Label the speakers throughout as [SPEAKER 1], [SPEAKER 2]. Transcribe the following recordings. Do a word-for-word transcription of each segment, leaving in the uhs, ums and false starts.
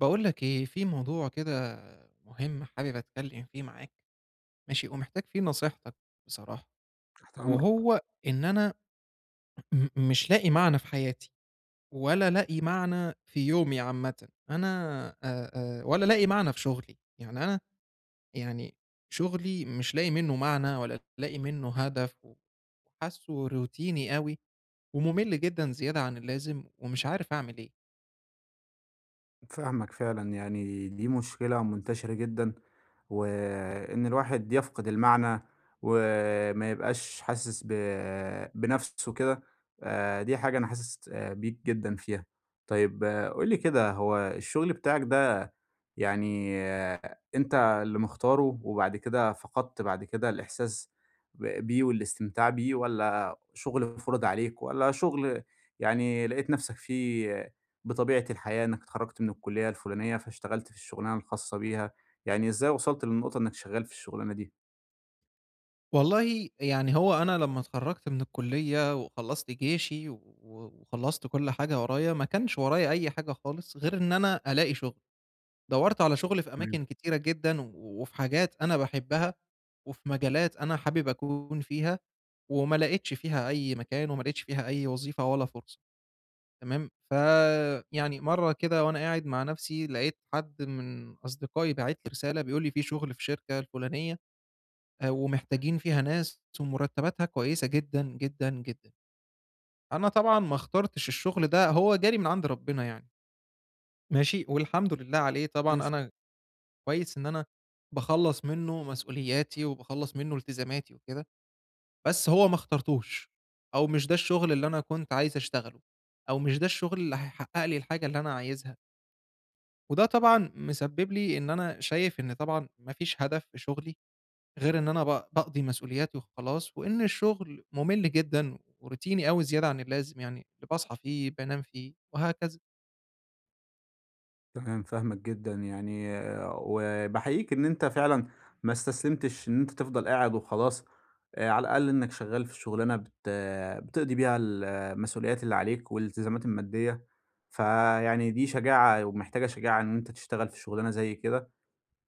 [SPEAKER 1] باقول لك إيه، في موضوع كده مهم حابب أتكلّم فيه معاك ماشي، ومحتاج فيه نصيحتك بصراحة،
[SPEAKER 2] تحت أمرك،
[SPEAKER 1] وهو إن أنا م مش لاقي معنى في حياتي، ولا لاقي معنى في يومي عامةً، أنا آآ آآ ولا لاقي معنى في شغلي، يعني أنا يعني شغلي مش لاقي منّه معنى ولا لاقي منّه هدف، وحاسّه روتيني أوي ومُمِل جدًا زيادة عن اللازم ومش عارف أعمل إيه.
[SPEAKER 2] فاهمك فعلًا، يعني دي مشكلة منتشرة جدًا، وإن الواحد يفقد المعنى وما يبقاش حاسس ب بنَفْسه كده. آآ دي حاجة أنا حاسس آآ بيك جدًا فيها. طيب قُل لي كده، هو الشغل بتاعك ده يعني آه، أنت اللي مختاره وبعد كده فقدت بعد كده الإحساس ب بيه والاستمتاع بيه، والّا شغل فُرِض عليك، والّا شغل يعني لقيت نَفْسك فيه بطبيعة الحياة إنك اتخرّجت من الكلية الفلانية، فاشتغلت في الشغلانة الخاصة بيها، يعني إزاي وصلت للنقطة إنك شغّال في الشغلانة دي؟
[SPEAKER 1] والله يعني هو أنا لمّا اتخرّجت من الكُلّية وخلّصت جيشي و وخلّصت كل حاجة ورايا، ما كانش ورايا أي حاجة خالص غير إن أنا ألاقي شُغل، دَوّرت على شُغل في
[SPEAKER 2] تمام،
[SPEAKER 1] أماكن كتيرة جدًا و وفي حاجات أنا باحبها وفي مجالات أنا حابب أكون فيها، وما لقيتش فيها أي مكان وما لقيتش فيها أي وظيفة ولا فرصة تمام، فيعني مرّة كده وأنا قاعد مع نَفْسي لقيت حد من أصدقائي باعت لي رسالة بيقول لي في شُغل في الشركة الفُلانية آآ ومحتاجين فيها ناس ومرتباتها كويسة جدًا، جدًا، جدًا. أنا طبعًا ما اخترتش الشغل ده، هو جالي من عند ربنا يعني، ماشي، والحمد لله عليه طبعًا أنا كويس إن أنا باخلّص منه مسؤولياتي وباخلّص منه التزاماتي وكده، بس هو ما اخترتوش، أو مش ده الشغل اللي أنا كنت عايز أشتغله، أو مش ده الشغل اللي هيحقق لي الحاجة اللي أنا عايزها، وده طبعًا مسبب لي إن أنا شايف إن طبعًا ما فيش هدف في شغلي. غير إن أنا ب باقضي مسؤولياتي وخلاص، وإن الشغل مُمِل جدًا وروتيني أوي زيادة عن اللازم، يعني اللي باصحى فيه بانام فيه وهكذا.
[SPEAKER 2] تمام، فاهمك جدًا يعني، وباحييك إن أنت فعلًا ما استسلمتش إن أنت تفضل قاعد وخلاص. آآ على الأقل إنك شغّال في الشغلانة بت بتقضي بيها المسؤوليات اللي عليك والالتزامات المادية، فيعني دي شجاعة ومحتاجة شجاعة إن أنت تشتغل في شغلانة زي كده.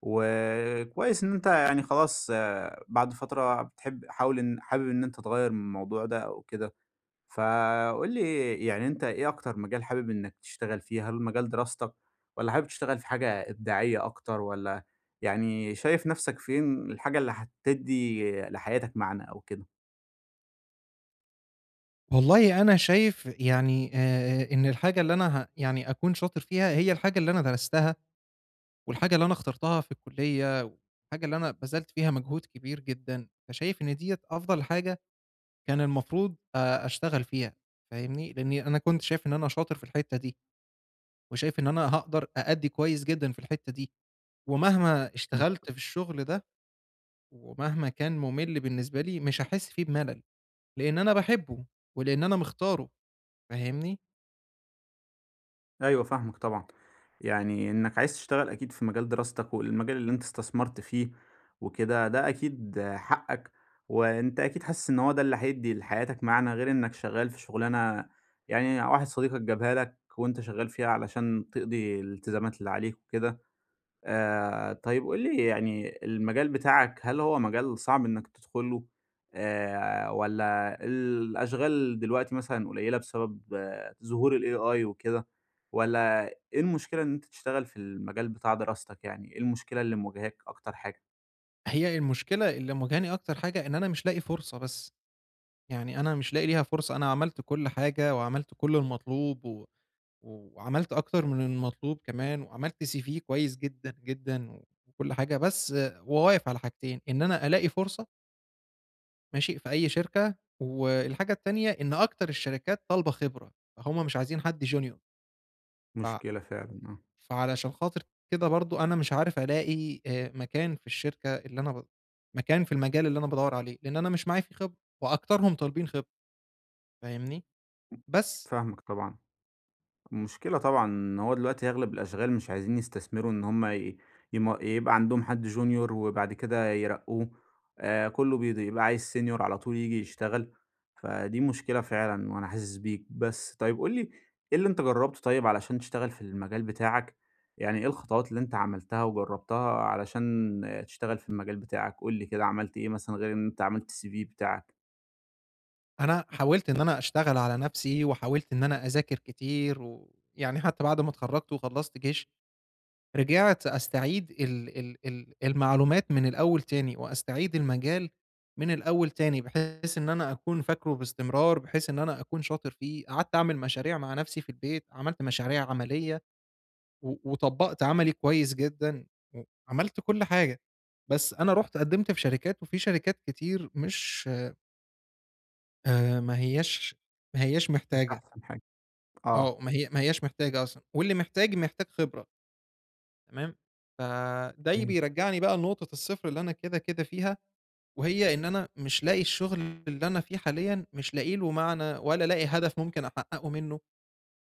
[SPEAKER 2] وكويس إن أنت يعني خلاص آآ بعد فترة بتحب حاول إن حابب إن أنت تغيّر من الموضوع ده أو كده. فقُل لي يعني أنت إيه أكتر مجال حابب إنك تشتغل فيه؟ هل مجال دراستك، والّا حابب تشتغل في حاجة إبداعية أكتر، والّا يعني شايف نَفْسك فين، الحاجة اللي هتدّي لحياتك معنى أو كده؟
[SPEAKER 1] والله أنا شايف يعني آآ إن الحاجة اللي أنا ه يعني أكون شاطر فيها هي الحاجة اللي أنا درستها، والحاجة اللي أنا اخترتها في الكُلّية، والحاجة اللي أنا بذلت فيها مجهود كبير جدًا، فشايف إن ديّة أفضل حاجة كان المفروض آآ أشتغل فيها، فاهمني؟ لإني أنا كنت شايف إن أنا شاطر في الحتّة دي، وشايف إن أنا هاقدر أأدّي كويس جدًا في الحتّة دي. ومهما اشتغلت في الشغل ده، ومهما كان مُمِل بالنسبة لي، مش هاحس فيه بملل، لإن أنا باحبه، ولإن أنا مختاره، فاهمني؟
[SPEAKER 2] أيوه، فاهمك طبعًا، يعني إنك عايز تشتغل أكيد في مجال دراستك والمجال اللي أنت استثمرت فيه وكده، ده أكيد حقك. وأنت أكيد حاسس إن هو ده اللي هيدّي لحياتك معنى، غير إنك شغال في شغلانة، يعني واحد صديقك جابها لك وأنت شغال فيها علشان تقضي الالتزامات اللي عليك وكده. آآ طيب قُل لي يعني المجال بتاعك هل هو مجال صعب إنّك تدخُله، آآ والّا الأشغال دلوقتي مثلًا قليّلة بسبب آه ظهور الAI وكده، والّا إيه المشكلة إن أنت تشتغل في المجال بتاع دراستك، يعني إيه المشكلة اللي مواجهاك أكتر حاجة؟
[SPEAKER 1] هي المشكلة اللي مواجهاني أكتر حاجة إن أنا مش لاقي فرصة بس، يعني أنا مش لاقي ليها فرصة، أنا عملت كل حاجة، وعملت كل المطلوب، و وعملت أكتر من المطلوب كمان، وعملت سي في كويس جدًا، جدًا، وكل حاجة، بس واقف على حاجتين، إن أنا ألاقي فرصة ماشي، في أي شركة، والحاجة التانية إن أكتر الشركات طالبة خبرة، فهُم مش عايزين حد junior ف
[SPEAKER 2] مشكلة فعلًا، آه.
[SPEAKER 1] فعلشان خاطر كده برضه أنا مش عارف ألاقي آآ مكان في الشركة اللي أنا ب مكان في المجال اللي أنا بادوّر عليه، لإن أنا مش معايا فيه خبرة، وأكترهم طالبين خبرة، فاهمني؟ بس
[SPEAKER 2] فاهمك طبعًا. مشكلة طبعًا، إن هو دلوقتي أغلب الأشغال مش عايزين يستثمروا إن هم ي يم يبقى عندهم حد junior وبعد كده يرقّوه. آآ كلّه بيد يبقى عايز senior على طول ييجي يشتغل، فدي مشكلة فعلًا وأنا حاسس بيك. بس طيب قُل لي إيه اللي أنت جرّبته طيب علشان تشتغل في المجال بتاعك، يعني إيه الخطوات اللي أنت عملتها وجرّبتها علشان آه، تشتغل في المجال بتاعك؟ قُل لي كده عملت إيه مثلًا غير إن أنت عملت الCV بتاعك؟
[SPEAKER 1] أنا حاولت إن أنا أشتغل على نفسي، وحاولت إن أنا أذاكر كتير، ويعني حتى بعد ما اتخرجت وخلّصت جيش رجعت أستعيد ال ال ال المعلومات من الأول تاني، وأستعيد المجال من الأول تاني، بحيث إن أنا أكون فاكره باستمرار، بحيث إن أنا أكون شاطر فيه. قعدت أعمل مشاريع مع نفسي في البيت، عملت مشاريع عملية، و وطبّقت عملي كويس جدًا، وعملت كل حاجة. بس أنا رُحت قدّمت في شركات، وفي شركات كتير مش آآ ما هياش ما هياش
[SPEAKER 2] مش
[SPEAKER 1] محتاجة،
[SPEAKER 2] أحسن حاجة،
[SPEAKER 1] آه،
[SPEAKER 2] آه.
[SPEAKER 1] ما هي ما هياش محتاجة أصلًا، واللي محتاج، محتاج خبرة. تمام؟ فده بيرجّعني بقى لنقطة الصفر اللي أنا كده، كده فيها، وهي إن أنا مش لاقي الشغل اللي أنا فيه حاليًا مش لاقي له معنى ولا لاقي هدف ممكن أحققه منه،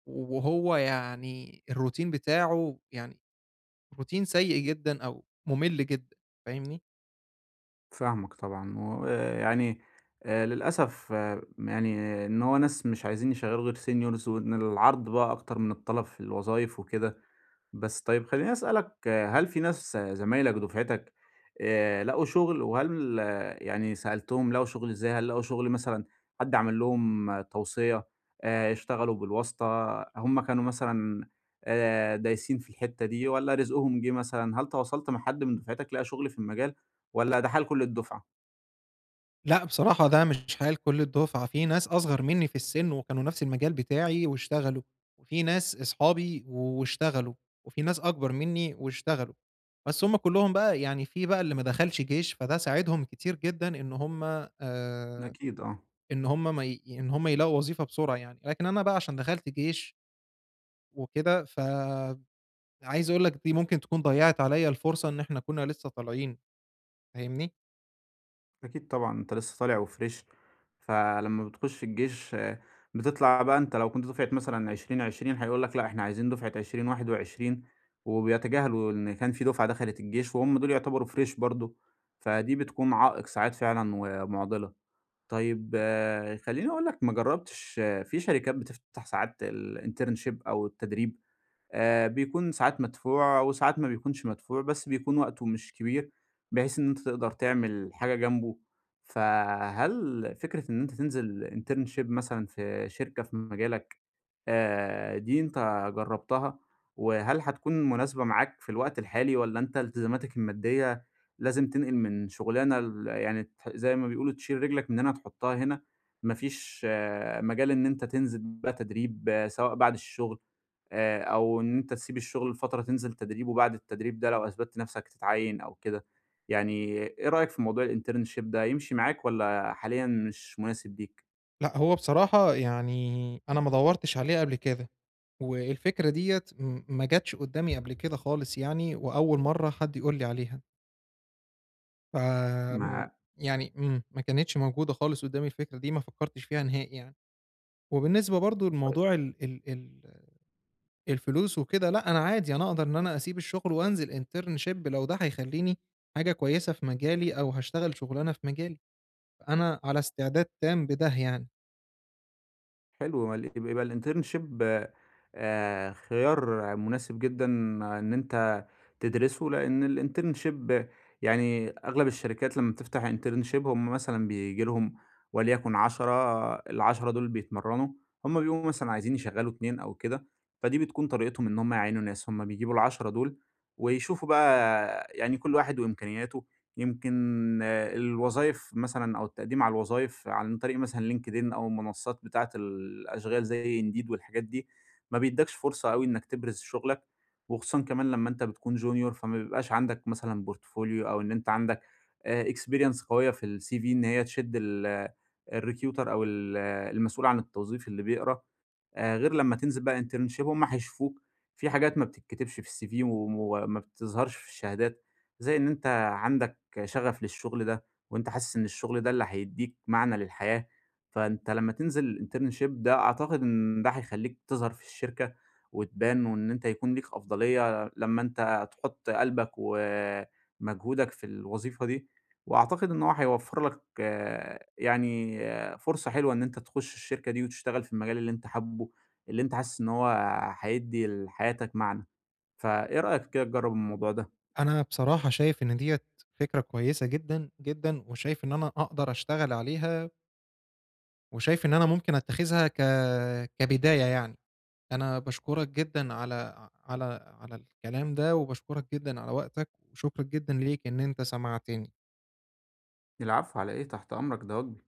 [SPEAKER 1] وهو يعني الروتين بتاعه يعني روتين سيء جدًا أو مُمِل جدًا، فاهمني؟
[SPEAKER 2] فاهمك طبعًا. ويعني آآ للأسف، آه، يعني إن هو ناس مش عايزين يشغّلوا غير seniors، وإن العرض بقى أكتر من الطلب في الوظايف وكده. بس طيب خلّيني أسألك، آه، هل في ناس، آه، زمايلك دُفعتك آآ لقوا شُغل، وهل آه، يعني سألتهم لقوا شُغل إزاي؟ هل لقوا شُغل مثلًا حد عمل لهم آه، توصية، آآ اشتغلوا بالواسطة؟ هم كانوا مثلًا آآ دايسين في الحتّة دي، والّا رزقهم جِه مثلًا؟ هل تواصلت مع حد من دُفعتك لقى شُغل في المجال؟ والّا ده حال كل الدُّفعة؟
[SPEAKER 1] لأ، بصراحة ده مش حال كل الدُّفعة، في ناس أصغر منّي في السِّن وكانوا نفس المجال بتاعي واشتغلوا، وفي ناس أصحابي واشتغلوا، وفي ناس أكبر منّي واشتغلوا، بس هم كلّهم بقى يعني في بقى اللي ما دخلش جيش، فده ساعدهم كتير جدًا إن هم آآ،
[SPEAKER 2] أكيد، آه.
[SPEAKER 1] إن هم ما ي إن هم يلاقوا وظيفة بسرعة يعني، لكن أنا بقى عشان دخلت جيش وكده، فعايز أقول لك دي ممكن تكون ضيّعت عليّا الفرصة إن إحنا كُنّا لسه طالعين، فاهمني؟
[SPEAKER 2] أكيد طبعًا أنت لسه طالع وfresh. فلمّا بتخش الجيش آه، بتطلع بقى أنت لو كنت دُفعة مثلًا عشرين، عشرين هيقول لك لأ إحنا عايزين دُفعة عشرين، واحد وعشرين، وبيتجاهلوا إن كان في دُفعة دخلت الجيش وهم دول يعتبروا fresh برضه، فدي بتكون عائق ساعات فعلًا ومُعضلة. طيب، آه، خلّيني أقول لك ما جرّبتش، آه، في شركات بتفتح ساعات الinternship أو التدريب، آآ بيكون ساعات مدفوع وساعات ما بيكونش مدفوع، بس بيكون وقته مش كبير، بحيث إن أنت تقدر تعمل حاجة جنبه. فهل فكرة إن أنت تنزل internship مثلًا في شركة في مجالك، آآ دي أنت جرّبتها؟ وهل هتكون مناسبة معاك في الوقت الحالي، والّا أنت التزاماتك المادية لازم تنقل من شغلانة ل يعني تح زي ما بيقولوا تشيل رجلك من هنا تحطها هنا، ما فيش مجال إن أنت تنزل بقى تدريب، آه، سواء بعد الشغل؟ آآ أو إن أنت تسيب الشغل لفترة تنزل تدريب، وبعد التدريب ده لو أثبتت نَفْسك تتعيّن أو كده. يعني إيه رأيك في موضوع الinternship ده، يمشي معاك والّا حاليًا مش مناسب ليك؟
[SPEAKER 1] لأ، هو بصراحة يعني أنا ما دوّرتش عليه قبل كده. والفكرة ديّة م ما جاتش قدّامي قبل كده خالص يعني، وأول مرّة حد يقول لي عليها، ف آمم،
[SPEAKER 2] مع
[SPEAKER 1] يعني إمم، ما كانتش موجودة خالص قدّامي الفكرة دي، ما فكّرتش فيها نهائي يعني. وبالنسبة برضه لموضوع ال ال ال الفلوس وكده، لأ أنا عادي أنا أقدر إن أنا أسيب الشغل وأنزل internship لو ده هيخلّيني حاجة كويسة في مجالي أو هاشتغل شُغلانة في مجالي، فأنا على استعداد تام بده يعني.
[SPEAKER 2] حلو، مال يبقى الinternship آآ خيار مناسب جدًا إن أنت تدرسه، لإن الinternship يعني أغلب الشركات لمّا بتفتح internship هم مثلًا بييجي لهم وليكن عشرة، ال10 دول بيتمرنوا، هم بيبقوا مثلًا عايزين يشغّلوا اتنين أو كده، فدي بتكون طريقتهم إن هم يعينوا ناس، هم بيجيبوا العشرة دول ويشوفوا بقى يعني كل واحد وإمكانياته. يمكن الوظايف مثلًا أو التقديم على الوظايف عن طريق مثلًا LinkedIn أو المنصات بتاعة الأشغال زي Indeed والحاجات دي، ما بيدّكش فرصة أوي إنك تبرز شغلك، وخصوصًا كمان لمّا أنت بتكون junior، فما بيبقاش عندك مثلًا portfolio أو إن أنت عندك آآ experience قوية في الCV إن هي تشد ال آه، الrecruiter أو ال آه، المسؤول عن التوظيف اللي بيقرا. آآ غير لمّا تنزل بقى internship هُم هيشوفوك، في حاجات ما بتتكتبش في الCV وما بتظهرش في الشهادات، زي إن أنت عندك شغف للشغل ده، وأنت حاسس إن الشغل ده اللي هيدّيك معنى للحياة. فأنت لمّا تنزل internship ده أعتقد إن ده هيخلّيك تظهر في الشركة وتبان، وإن أنت يكون ليك أفضلية لمّا أنت تحُط قلبك ومجهودك في الوظيفة دي، وأعتقد إن هو هيوفّر لك، آه، يعني، آه، فرصة حلوة إن أنت تخُش الشركة دي وتشتغل في المجال اللي أنت حابه، اللي أنت حاسس إن هو هيدّي لحياتك معنى. فإيه رأيك كده تجرّب الموضوع ده؟
[SPEAKER 1] أنا بصراحة شايف إن ديّة فكرة كويسة جدًا، جدًا، وشايف إن أنا أقدر أشتغل عليها وشايف إن أنا ممكن أتّخذها ك كبداية يعني. أنا باشكرك جدًا على على على الكلام ده، وباشكرك جدًا على وقتك، وشكرًا جدًا ليك إن أنت سمعتني.
[SPEAKER 2] العفو على إيه، تحت أمرك، ده واجبي.